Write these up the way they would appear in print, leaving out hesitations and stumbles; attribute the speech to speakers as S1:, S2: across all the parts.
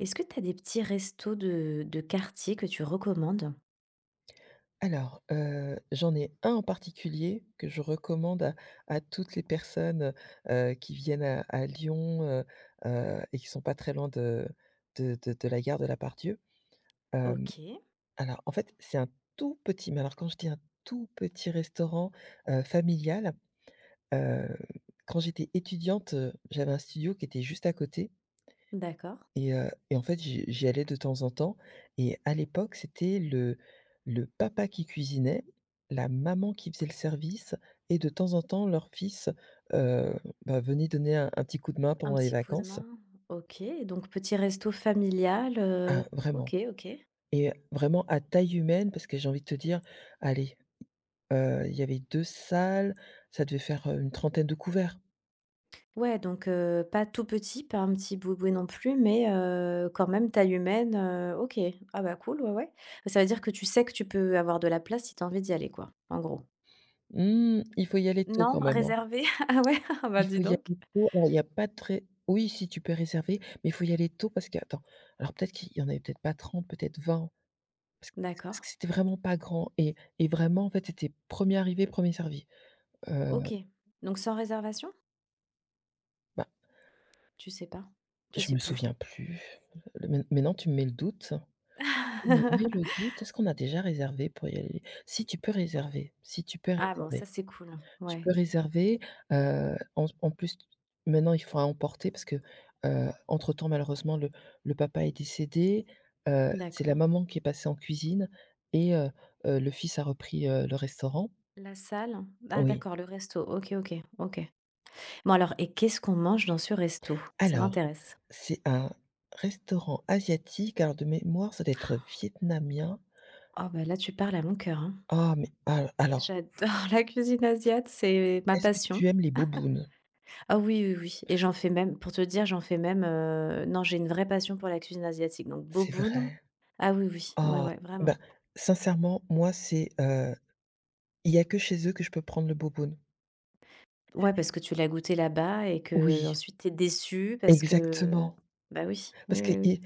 S1: Est-ce que tu as des petits restos de quartier que tu recommandes?
S2: Alors, j'en ai un en particulier que je recommande à toutes les personnes, qui viennent à Lyon, et qui sont pas très loin de la gare de la Part-Dieu. Hem,
S1: OK,
S2: alors en fait, c'est un tout petit, mais alors quand je dis un tout petit restaurant, familial, heu, quand j'étais étudiante, j'avais un studio qui était juste à côté
S1: d'accord.
S2: et en fait, j'y allais de temps en temps et à l'époque, c'était le papa qui cuisinait, la maman qui faisait le service et de temps en temps, leur fils, heu, bah, venait donner un petit coup de main
S1: Un
S2: pendant les
S1: petit coup de
S2: vacances.
S1: main. OK, donc petit resto familial,
S2: Ah, vraiment.
S1: OK, OK.
S2: Et vraiment à taille humaine parce que j'ai envie de te dire, allez, il y avait 2 salles, ça devait faire, une trentaine de couverts.
S1: Ouais, donc pas tout petit, pas un petit boui non plus, mais quand même taille humaine, OK. Ah bah, cool, ouais, ouais. Ça veut dire que tu sais que tu peux avoir de la place si tu as envie d'y aller quoi, en gros?
S2: Mmh, il faut y aller tôt
S1: Non?
S2: quand même, hein.
S1: Réservé? Ah ouais? Ah bah,
S2: Il
S1: dis
S2: faut y
S1: donc.
S2: aller tôt, alors il y a pas très, oui, si tu peux réserver, mais il faut y aller tôt parce que attends, alors peut-être qu'il y en avait peut-être pas 30, peut-être 20 parce que
S1: D'accord.
S2: c'était vraiment pas grand et vraiment, en fait, c'était premier arrivé, premier servi. Heu,
S1: OK, donc sans réservation?
S2: Bah,
S1: Tu sais pas? Tu
S2: je
S1: sais
S2: me
S1: plus?
S2: souviens plus. Maintenant tu me mets le doute. Tu me mets le doute. Est-ce qu'on a déjà réservé pour y aller? Si, tu peux réserver, si tu peux
S1: Ah bon, ça
S2: réserver.
S1: c'est cool.
S2: Tu
S1: Ouais,
S2: peux réserver, en plus, maintenant, il faut à emporter parce que, entre-temps, malheureusement, le papa est décédé, c'est la
S1: d'accord.
S2: maman qui est passée en cuisine et le fils a repris, le restaurant.
S1: La salle? Ah
S2: Oui.
S1: d'accord, le resto. OK, OK, OK. Bon alors, et qu'est-ce qu'on mange dans ce resto? Ça
S2: Alors,
S1: m'intéresse.
S2: c'est un restaurant asiatique, alors de mémoire, ça doit être vietnamien.
S1: Oh bah là, tu parles à mon cœur, hein.
S2: Ah, mais al alors,
S1: J'adore la cuisine asiate, c'est ma
S2: est-ce que
S1: passion.
S2: tu aimes les bobounes?
S1: Ah oui, oui, oui. Et j'en fais même, pour te dire, j'en fais même, non, j'ai une vraie passion pour la cuisine asiatique. Donc
S2: C'est
S1: boboon.
S2: vrai?
S1: Ah oui, oui, ouais,
S2: Ah,
S1: ouais, vraiment.
S2: ben, sincèrement, moi, c'est, il y a que chez eux que je peux prendre le boboun.
S1: Ouais, parce que tu l'as goûté là-bas et que
S2: Oui.
S1: ensuite t'es déçu parce que
S2: Exactement,
S1: bah oui,
S2: parce
S1: oui,
S2: que
S1: oui, oui.
S2: i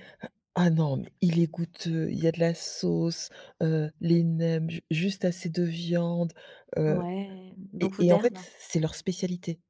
S2: ah non, mais il est goûteux, il y a de la sauce, les nems, ju juste assez de viande, heu
S1: Ouais,
S2: et
S1: beaucoup
S2: et en fait,
S1: d'herbes?
S2: c'est leur spécialité,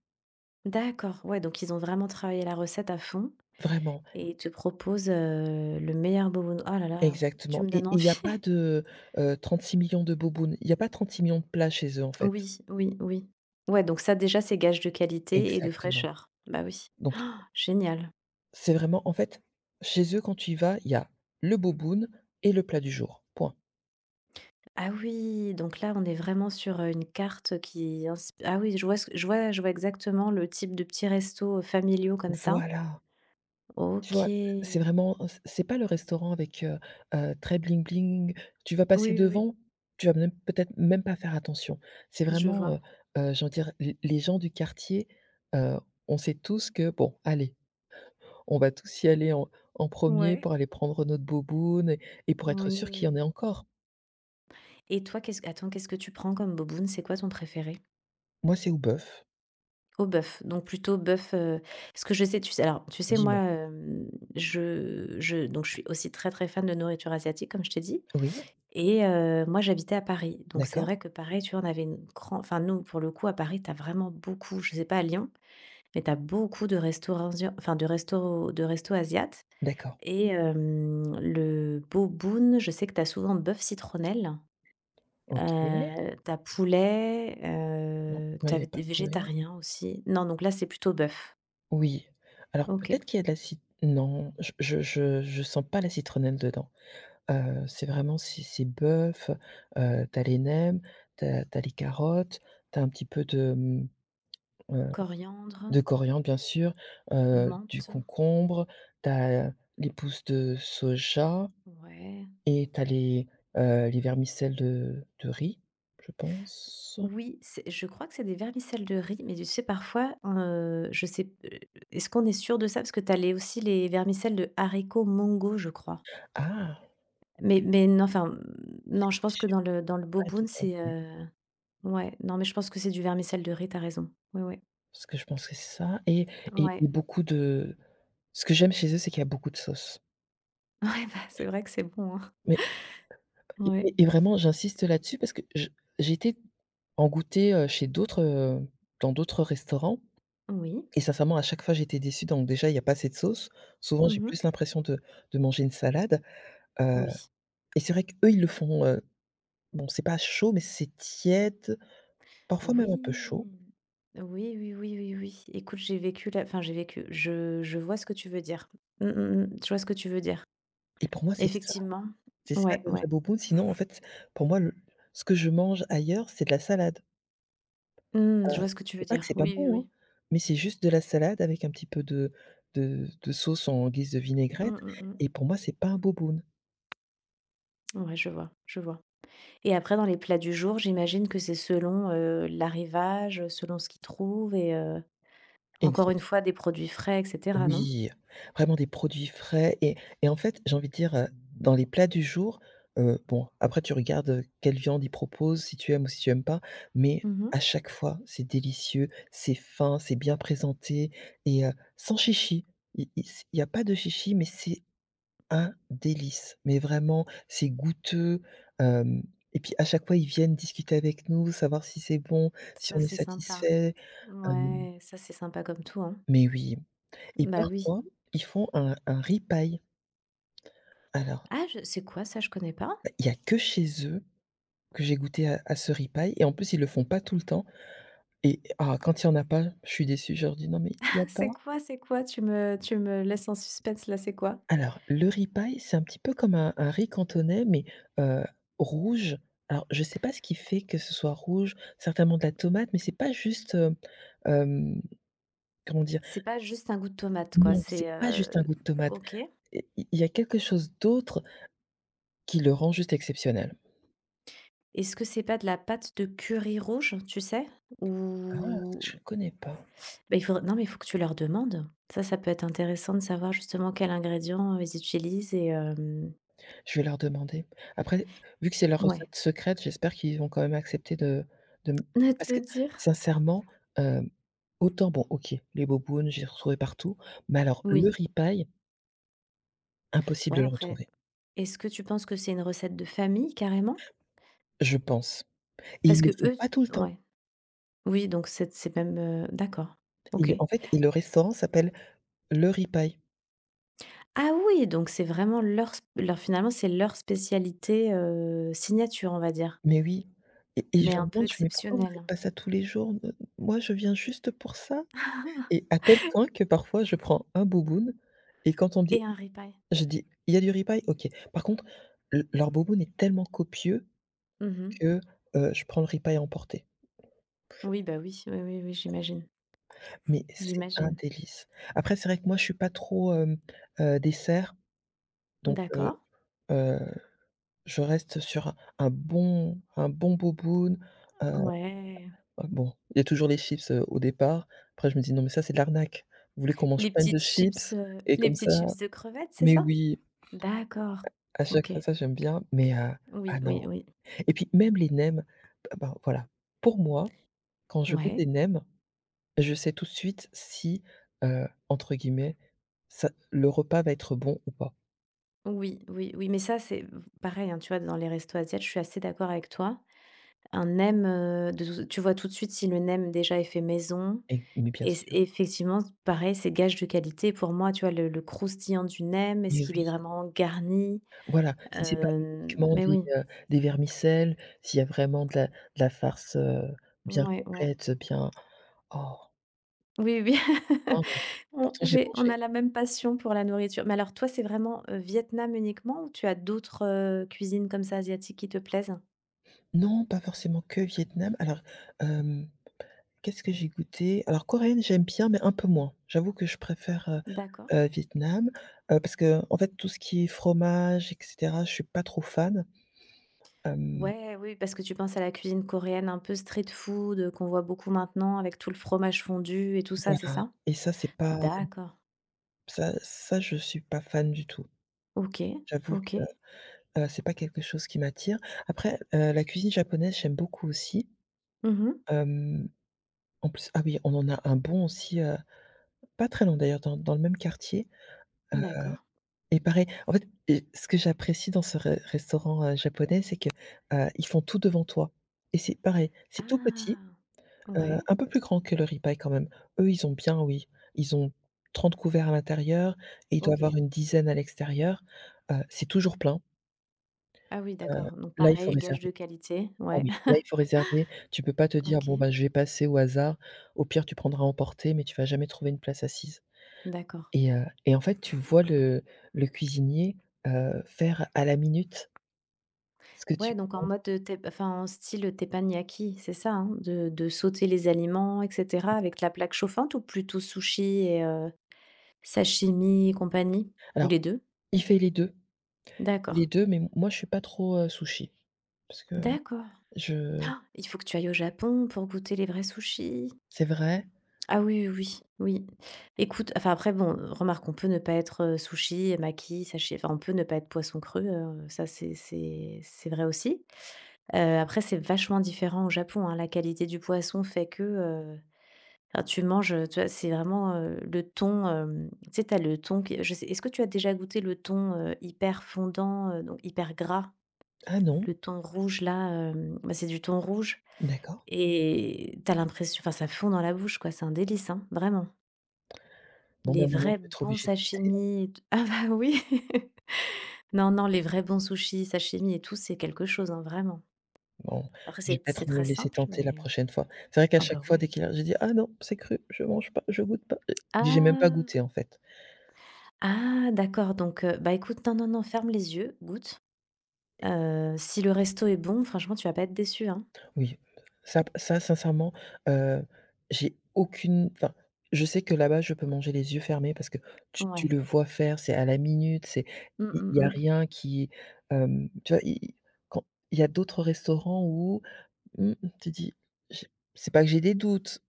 S1: D'accord, ouais, donc ils ont vraiment travaillé la recette à fond
S2: vraiment.
S1: et ils te proposent, le meilleur bobo. Oh là là, tu
S2: Exactement,
S1: me
S2: et
S1: donnes
S2: il y a
S1: envie.
S2: pas de, 36 millions de bobounes, il y a pas 36 millions de plats chez eux, en fait.
S1: Oui, oui, oui. Ouais, donc ça déjà, c'est gage de qualité et de
S2: Exactement,
S1: fraîcheur. Bah oui.
S2: donc
S1: Génial.
S2: c'est vraiment, en fait, chez eux, quand tu y vas, il y a le boboun et le plat du jour, point.
S1: Ah oui, donc là, on est vraiment sur, une carte qui insp ah oui, je vois ce je vois exactement le type de petits restos, familiaux comme ça.
S2: Voilà. Tu
S1: OK.
S2: vois? C'est
S1: Oui,
S2: vraiment, c'est pas le restaurant avec, très bling bling. Tu vas passer
S1: oui, oui,
S2: devant, tu vas même peut-être même pas faire attention. C'est
S1: je vois.
S2: vraiment, j'ai envie de dire, les gens du quartier, heu, on sait tous que bon, allez, on va tous y aller en 1
S1: Ouais.
S2: pour aller prendre notre bobounes et pour
S1: Oui.
S2: être sûr qu'il y en ait encore.
S1: Et toi, qu'est-ce attends, qu'est-ce que tu prends comme boboon? C'est quoi ton préféré?
S2: Moi, c'est au bœuf.
S1: Au bœuf, donc plutôt bœuf, parce que je sais, tu sais alors tu sais moi,
S2: Dis-moi.
S1: je donc je suis aussi très, très fan de nourriture asiatique comme je t'ai dit
S2: Oui?
S1: et moi j'habitais à Paris, donc c'est
S2: D'accord,
S1: vrai que pareil, tu vois, on avait une grand enfin nous pour le coup à Paris, t'as vraiment beaucoup, je sais pas à Lyon, mais t'as beaucoup de restaurants asian enfin de restos asiates
S2: d'accord.
S1: et le Boboon, je sais que t'as souvent bœuf citronnelle,
S2: OK.
S1: tu poulet,
S2: Non, moi, il y
S1: tu
S2: a pas
S1: des
S2: de poulet.
S1: végétariens aussi. Non, donc là c'est plutôt bœuf.
S2: Oui, alors
S1: OK.
S2: peut-être qu'il y a de la cit non, je sens pas la citronnelle dedans. C'est vraiment c'est bœuf, tu as les nems, tu as les carottes, tu as un petit peu de, heu,
S1: Coriandre,
S2: de coriandre bien sûr, du
S1: menthe,
S2: concombre, tu as les pousses de soja
S1: ouais.
S2: et tu as les vermicelles de riz, je pense.
S1: Oui, c'est je crois que c'est des vermicelles de riz, mais tu sais parfois, je sais est-ce qu'on est sûr de ça? Parce que tu as les aussi les vermicelles de haricots mongo, je crois.
S2: Ah!
S1: Mais non, enfin, mmh, non, je pense que dans le
S2: Pas
S1: boboon, c'est,
S2: demandé.
S1: ouais, non, mais je pense que c'est du vermicelle de riz. T'as raison. Oui, oui.
S2: Parce que je pense que c'est ça et et
S1: Ouais.
S2: et beaucoup de ce que j'aime chez eux, c'est qu'il y a beaucoup de sauces.
S1: Ouais, bah, c'est vrai que c'est bon, hein.
S2: Mais et
S1: Ouais.
S2: et vraiment j'insiste là-dessus parce que je j'ai été en goûter, chez d'autres, dans d'autres restaurants
S1: Oui.
S2: et sincèrement, à chaque fois, j'étais déçue. Donc déjà, il y a pas assez de sauce. Souvent j'ai
S1: Mmh.
S2: plus l'impression de manger une salade, heu
S1: Oui.
S2: et c'est vrai qu'eux ils le font, bon, c'est pas chaud mais c'est tiède, parfois même un peu
S1: Oui.
S2: chaud.
S1: Oui, oui, oui, oui, oui. Écoute, j'ai vécu la enfin j'ai vécu, je vois ce que tu veux dire. Mmh, mmh, mmh, je vois ce que tu veux dire.
S2: Et pour moi
S1: Effectivement.
S2: c'est ça
S1: Ouais,
S2: le
S1: ouais.
S2: vrai boboon. Sinon, en fait, pour moi, le ce que je mange ailleurs, c'est de la salade.
S1: Mmh,
S2: Heu,
S1: je vois ce que tu veux
S2: c'est pas que
S1: dire.
S2: c'est pas
S1: Oui, oui,
S2: bon, hein,
S1: oui.
S2: mais c'est juste de la salade avec un petit peu de sauce en guise de vinaigrette.
S1: Mmh, mmh,
S2: Et pour moi, c'est pas un boboon.
S1: mmh. Ouais, je vois, je vois. Et après, dans les plats du jour, j'imagine que c'est selon, l'arrivage, selon ce qu'ils trouvent et encore
S2: Exact.
S1: une fois, des produits frais et cetera, non?
S2: Oui, vraiment des produits frais et en fait, j'ai envie de dire, dans les plats du jour, bon, après tu regardes, quelle viande ils proposent, si tu aimes ou si tu aimes pas, mais
S1: Mmh.
S2: à chaque fois, c'est délicieux, c'est fin, c'est bien présenté et sans chichi. Il y a pas de chichi, mais c'est un délice, mais vraiment, c'est goûteux, hem et puis à chaque fois, ils viennent discuter avec nous, savoir si c'est bon, si
S1: Ça,
S2: on est
S1: c'est sympa.
S2: satisfait, hem
S1: Ouais, ça, c'est sympa comme tout, hein.
S2: mais oui. Et
S1: Bah oui.
S2: parfois, ils font un riz paille. Alors,
S1: Ah je c'est quoi ça? Je connais pas.
S2: bah, il y a que chez eux que j'ai goûté à ce riz paille et en plus, ils le font pas tout le temps. Et ah, quand il y en a pas, je suis déçue, je leur dis: «Non mais il y a pas».
S1: C'est quoi? C'est quoi? Tu me laisses en suspense là, c'est quoi?
S2: Alors, le riz paille, c'est un petit peu comme un riz cantonais, mais, heu, rouge. Alors, je ne sais pas ce qui fait que ce soit rouge, certainement de la tomate, mais c'est pas juste, hem, comment dire?
S1: C'est pas juste un goût de tomate, quoi.
S2: Non, c'est
S1: C'est,
S2: pas juste un goût de tomate.
S1: OK.
S2: Il y a quelque chose d'autre qui le rend juste exceptionnel.
S1: Est-ce que c'est pas de la pâte de curry rouge, tu sais?
S2: Ah, ça,
S1: Ou
S2: je ne connais pas.
S1: bah, il faudrait non, mais il faut que tu leur demandes. Ça peut être intéressant de savoir justement quels ingrédients, ils utilisent et hem,
S2: Je vais leur demander. Après, vu que c'est leur
S1: ouais.
S2: recette secrète, j'espère qu'ils vont quand même accepter de m
S1: Ne te
S2: parce
S1: le
S2: que
S1: dire?
S2: sincèrement, hem, autant bon, OK, les bobounes, j'ai retrouvé partout, mais alors le
S1: Oui,
S2: riz paille, impossible de
S1: ouais,
S2: le
S1: après,
S2: retrouver,
S1: est-ce que tu penses que c'est une recette de famille, carrément?
S2: je pense, et
S1: Parce
S2: ils le
S1: que
S2: font
S1: eux,
S2: pas tout le temps.
S1: ouais. Oui, donc c'est même, d'accord. OK.
S2: Ils En fait, et le restaurant s'appelle Le Ripaille.
S1: Ah oui, donc c'est vraiment leur sp leur finalement, c'est leur spécialité, signature, on va dire,
S2: Mais oui. Et je
S1: mais un
S2: leur
S1: peu
S2: demande, je fais: «Mais pourquoi vous
S1: exceptionnelle.
S2: faites pas ça tous les jours? Moi je viens juste pour ça».
S1: Ah,
S2: Et à tel point que parfois je prends un bouboune et quand on me dit,
S1: et un ripaille.
S2: je dis: «Il y a du ripaille? OK». Par contre, le leur bouboune est tellement copieux
S1: Mmh mh.
S2: que, je prends le ripaille à emporter.
S1: Oui, bah, oui, oui, oui, oui, j'imagine,
S2: Mais c'est un
S1: j'imagine.
S2: délice. Après, c'est vrai que moi je suis pas trop, dessert, donc
S1: D'accord,
S2: heu je reste sur un bon boboon, heu,
S1: ouais.
S2: bon, il y a toujours les chips, au départ. Après je me dis: «Non mais ça c'est de l'arnaque. Vous voulez qu'on mange plein de chips et
S1: Les
S2: comme
S1: petites
S2: ça».
S1: chips de crevettes, c'est
S2: Mais
S1: ça?
S2: oui,
S1: D'accord,
S2: à chaque
S1: OK.
S2: fois ça, j'aime bien, mais
S1: Oui,
S2: ah non.
S1: oui, oui.
S2: Et puis même les nems, voilà, pour moi, quand je goûte
S1: Ouais.
S2: des nems, je sais tout de suite si, entre guillemets, ça le repas va être bon ou pas.
S1: Oui, oui, oui, mais ça, c'est pareil, hein, tu vois, dans les restos asiatiques je suis assez d'accord avec toi. Un nem, de tu vois tout de suite si le nem déjà est fait maison.
S2: Et mais bien
S1: Et c
S2: sûr,
S1: effectivement, pareil, c'est gage de qualité pour moi, tu vois? Le croustillant du nem, est-ce
S2: mais
S1: qu'il est
S2: oui.
S1: vraiment garni?
S2: Voilà, si c'est pas
S1: Hem,
S2: uniquement
S1: mais
S2: des,
S1: oui,
S2: heu, des vermicelles, s'il y a vraiment de la farce, bien
S1: ouais, ouais.
S2: complète, bien oh,
S1: Oui, oui,
S2: hein, bah,
S1: on
S2: pourtant j'ai
S1: j'ai on
S2: mangé.
S1: a la même passion pour la nourriture. Mais alors toi, c'est vraiment, Vietnam uniquement ou tu as d'autres, cuisines comme ça asiatiques qui te plaisent?
S2: Non, pas forcément que vietnam. Alors, hem, qu'est-ce que j'ai goûté? Alors, coréenne, j'aime bien, mais un peu moins. J'avoue que je préfère,
S1: D'accord.
S2: vietnam, parce que, en fait, tout ce qui est fromage et cetera, je suis pas trop fan. Hem,
S1: Ouais, oui, parce que tu penses à la cuisine coréenne un peu street food, qu'on voit beaucoup maintenant avec tout le fromage fondu et tout ça, c'est
S2: voilà,
S1: ça?
S2: et ça, c'est pas
S1: D'accord.
S2: ça, je suis pas fan du tout.
S1: OK,
S2: J'avoue.
S1: OK.
S2: C'est pas quelque chose qui m'attire. Après, la cuisine japonaise, j'aime beaucoup aussi.
S1: Mmh.
S2: Hem, En plus, ah oui, on en a un bon aussi, pas très loin d'ailleurs, dans le même quartier, heu
S1: D'accord.
S2: et pareil, en fait, et ce que j'apprécie dans ce re restaurant, japonais, c'est que, ils font tout devant toi et c'est pareil, c'est tout petit,
S1: Ah!
S2: heu,
S1: Ouais,
S2: un peu plus grand que le Ripaï quand même. Eux, ils ont bien, oui, ils ont 30 couverts à l'intérieur et il doit
S1: OK.
S2: avoir une dizaine à l'extérieur. C'est toujours plein.
S1: Ah oui,
S2: Heu,
S1: d'accord, donc
S2: Là, il faut
S1: pareil, gage de
S2: réserver.
S1: qualité,
S2: Ah
S1: ouais.
S2: oui, là, il faut réserver. Tu peux pas te dire: «Bon,
S1: OK,
S2: bah, je vais passer au hasard. Au pire, tu prendras à emporter, mais tu vas jamais trouver une place assise».
S1: d'accord.
S2: Et en fait, tu vois le cuisinier, faire à la minute ce que
S1: Ouais,
S2: tu
S1: donc en
S2: commandes.
S1: mode, enfin, en style, teppanyaki, c'est ça, hein? De sauter les aliments et cetera avec la plaque chauffante ou plutôt sushi et sashimi et compagnie? Ou
S2: Alors,
S1: les deux.
S2: il fait les 2,
S1: D'accord.
S2: les 2. Mais m moi, je suis pas trop, sushi parce que
S1: D'accord.
S2: je
S1: Han! Il faut que tu ailles au Japon pour goûter les vrais sushis.
S2: c'est vrai?
S1: Ah oui, oui, oui, oui. Écoute, enfin après bon, remarque, on peut ne pas être, sushi, maki, sashimi, enfin on peut ne pas être poisson cru, ça c'est vrai aussi. Après c'est vachement différent au Japon, hein. La qualité du poisson fait que, enfin tu manges, tu vois, c'est vraiment, le thon, hem, tu sais, tu le thon qui je sais est-ce que tu as déjà goûté le thon, hyper fondant, donc hyper gras?
S2: Ah non?
S1: Le thon rouge là, hem, bah, c'est du thon rouge
S2: D'accord.
S1: et t'as l'impression enfin ça fond dans la bouche quoi, c'est un délice, hein, vraiment.
S2: Bon, bah,
S1: Les
S2: maintenant,
S1: vrais
S2: je vais être
S1: bons
S2: obligée de goûter.
S1: sashimi et t ah bah oui! Non, non, les vrais bons sushis, sashimi et tout, c'est quelque chose, hein, vraiment.
S2: Bon,
S1: Après
S2: je vais
S1: c'est
S2: peut-être me
S1: très
S2: laisser
S1: simple,
S2: tenter la
S1: mais
S2: prochaine fois. C'est vrai qu'à
S1: ah bah
S2: chaque fois,
S1: ouais.
S2: dès qu'il a j'ai dit: «Ah non, c'est cru, je mange pas, je goûte pas». J'ai même pas
S1: Ah!
S2: goûté, en fait.
S1: Ah d'accord, donc bah écoute, non, non, non, ferme les yeux, goûte. Si le resto est bon, franchement, tu vas pas être déçu, hein.
S2: Oui, ça sincèrement, heu, j'ai aucune, enfin, je sais que là-bas, je peux manger les yeux fermés parce que tu
S1: Ouais.
S2: le vois faire, c'est à la minute, c'est
S1: Mmh,
S2: il y a
S1: mmh,
S2: rien qui, tu vois? I i Quand il y a d'autres restaurants où, mmh, tu dis: «J'ai», c'est pas que j'ai des doutes,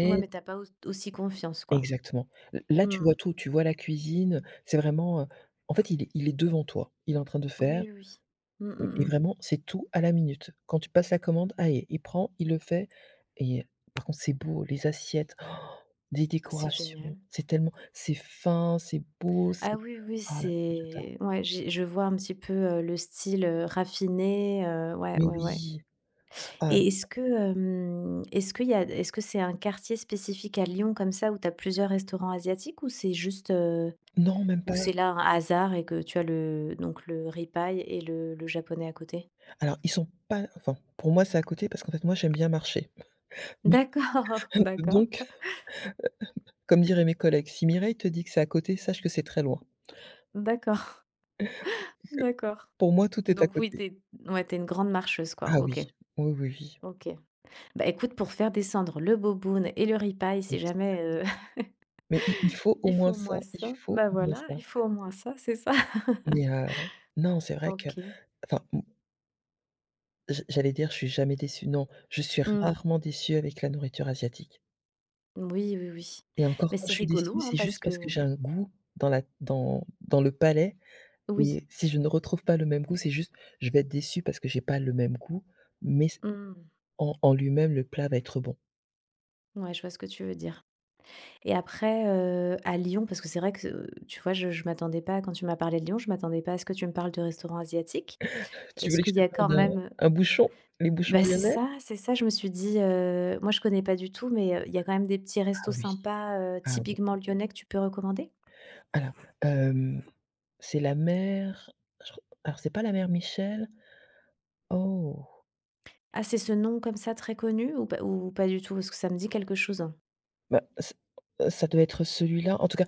S1: mmh. Ouais, mais t'as pas au aussi confiance, quoi.
S2: exactement. L Là, tu
S1: Mmh.
S2: vois tout, tu vois la cuisine, c'est vraiment, en fait, il est devant toi. Il est en train de
S1: Oui,
S2: faire.
S1: oui, oui. Mmh, mmh,
S2: Et
S1: mmh.
S2: vraiment, c'est tout à la minute. Quand tu passes la commande, allez, il prend, il le fait. Et par contre, c'est beau, les assiettes, oh, des
S1: C'est génial.
S2: décorations, c'est tellement, c'est fin, c'est beau,
S1: Ah
S2: c'est
S1: oui, oui,
S2: ah, j'adore.
S1: c'est ouais, j'ai je vois un petit peu, le style, raffiné, ouais,
S2: Mais
S1: ouais, ouais
S2: oui, ah
S1: et est-ce que, hem, est-ce qu'il y a est-ce que c'est un quartier spécifique à Lyon comme ça où tu as plusieurs restaurants asiatiques ou c'est juste,
S2: non, même
S1: ou
S2: pas.
S1: c'est là un hasard et que tu as le donc le ripaille et le japonais à côté?
S2: Alors, ils sont pas, enfin, pour moi, c'est à côté parce qu'en fait, moi, j'aime bien marcher. Mais
S1: D'accord, d'accord,
S2: donc, comme diraient mes collègues, si Mireille te dit que c'est à côté, sache que c'est très loin.
S1: d'accord,
S2: Que
S1: d'accord.
S2: pour moi, tout est à
S1: Donc oui,
S2: côté.
S1: t'es ouais, t'es une grande marcheuse quoi,
S2: Ah
S1: OK,
S2: oui, oui, oui, oui,
S1: OK. Bah écoute, pour faire descendre le boboon et le ripaille, si
S2: exact.
S1: jamais,
S2: Mais il faut au
S1: il faut
S2: moins
S1: au
S2: ça,
S1: moins
S2: il
S1: ça.
S2: faut
S1: Bah,
S2: au moins
S1: voilà, il
S2: ça.
S1: faut au moins ça, c'est ça.
S2: Mais non, c'est vrai que,
S1: OK.
S2: enfin, j'allais dire: «Je suis jamais déçue», non, je suis
S1: Mmh.
S2: rarement déçue avec la nourriture asiatique.
S1: Oui, oui, oui.
S2: Et encore,
S1: Mais
S2: quand
S1: c'est
S2: je suis
S1: rigolo,
S2: déçue,
S1: hein,
S2: c'est
S1: parce
S2: juste parce
S1: que
S2: que j'ai un goût dans la dans dans le palais,
S1: oui.
S2: et si je ne retrouve pas le même goût, c'est juste je vais être déçue parce que j'ai pas le même goût, mais c
S1: Mmh.
S2: en en lui-même, le plat va être bon.
S1: Ouais, je vois ce que tu veux dire. Et après, à Lyon, parce que c'est vrai que, tu vois, je m'attendais pas quand tu m'as parlé de Lyon, je m'attendais pas à ce que tu me parles de restaurants asiatiques.
S2: Tu
S1: Est-ce
S2: voulais que
S1: qu'il y
S2: je
S1: a
S2: te parle
S1: quand
S2: d'un
S1: même
S2: un bouchon? Les bouchons
S1: bah,
S2: lyonnais?
S1: c'est ça, je me suis dit, moi je connais pas du tout, mais, il y a quand même des petits
S2: Ah
S1: restos
S2: oui,
S1: sympas,
S2: ah oui.
S1: typiquement lyonnais que tu peux recommander?
S2: Alors, hem, c'est la mère, je alors c'est pas la mère Michel. Oh!
S1: Ah, c'est ce nom comme ça très connu ou pas du tout? Parce que ça me dit quelque chose.
S2: Bah, c ça doit être celui-là. En tout cas,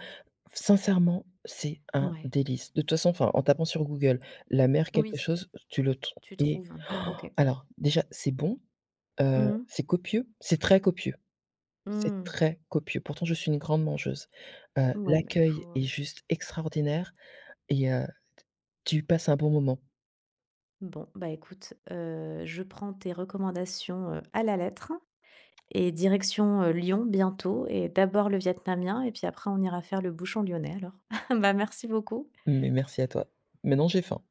S2: sincèrement, c'est un
S1: Ouais.
S2: délice. De toute façon, enfin, en tapant sur Google, «la mer quelque
S1: Oui,
S2: chose», tu le trouves.
S1: tu
S2: Et
S1: trouves. OK.
S2: alors déjà, c'est bon,
S1: Mmh mh.
S2: c'est copieux, c'est très copieux, c'est
S1: Mmh.
S2: très copieux. Pourtant, je suis une grande mangeuse.
S1: Ouais, bah, il
S2: L'accueil
S1: faut
S2: est juste extraordinaire et tu passes un bon moment.
S1: bon, bah, écoute, je prends tes recommandations, à la lettre et direction, Lyon bientôt et d'abord le vietnamien et puis après on ira faire le bouchon lyonnais alors. Bah, merci beaucoup.
S2: Mais merci à toi. Maintenant, j'ai faim.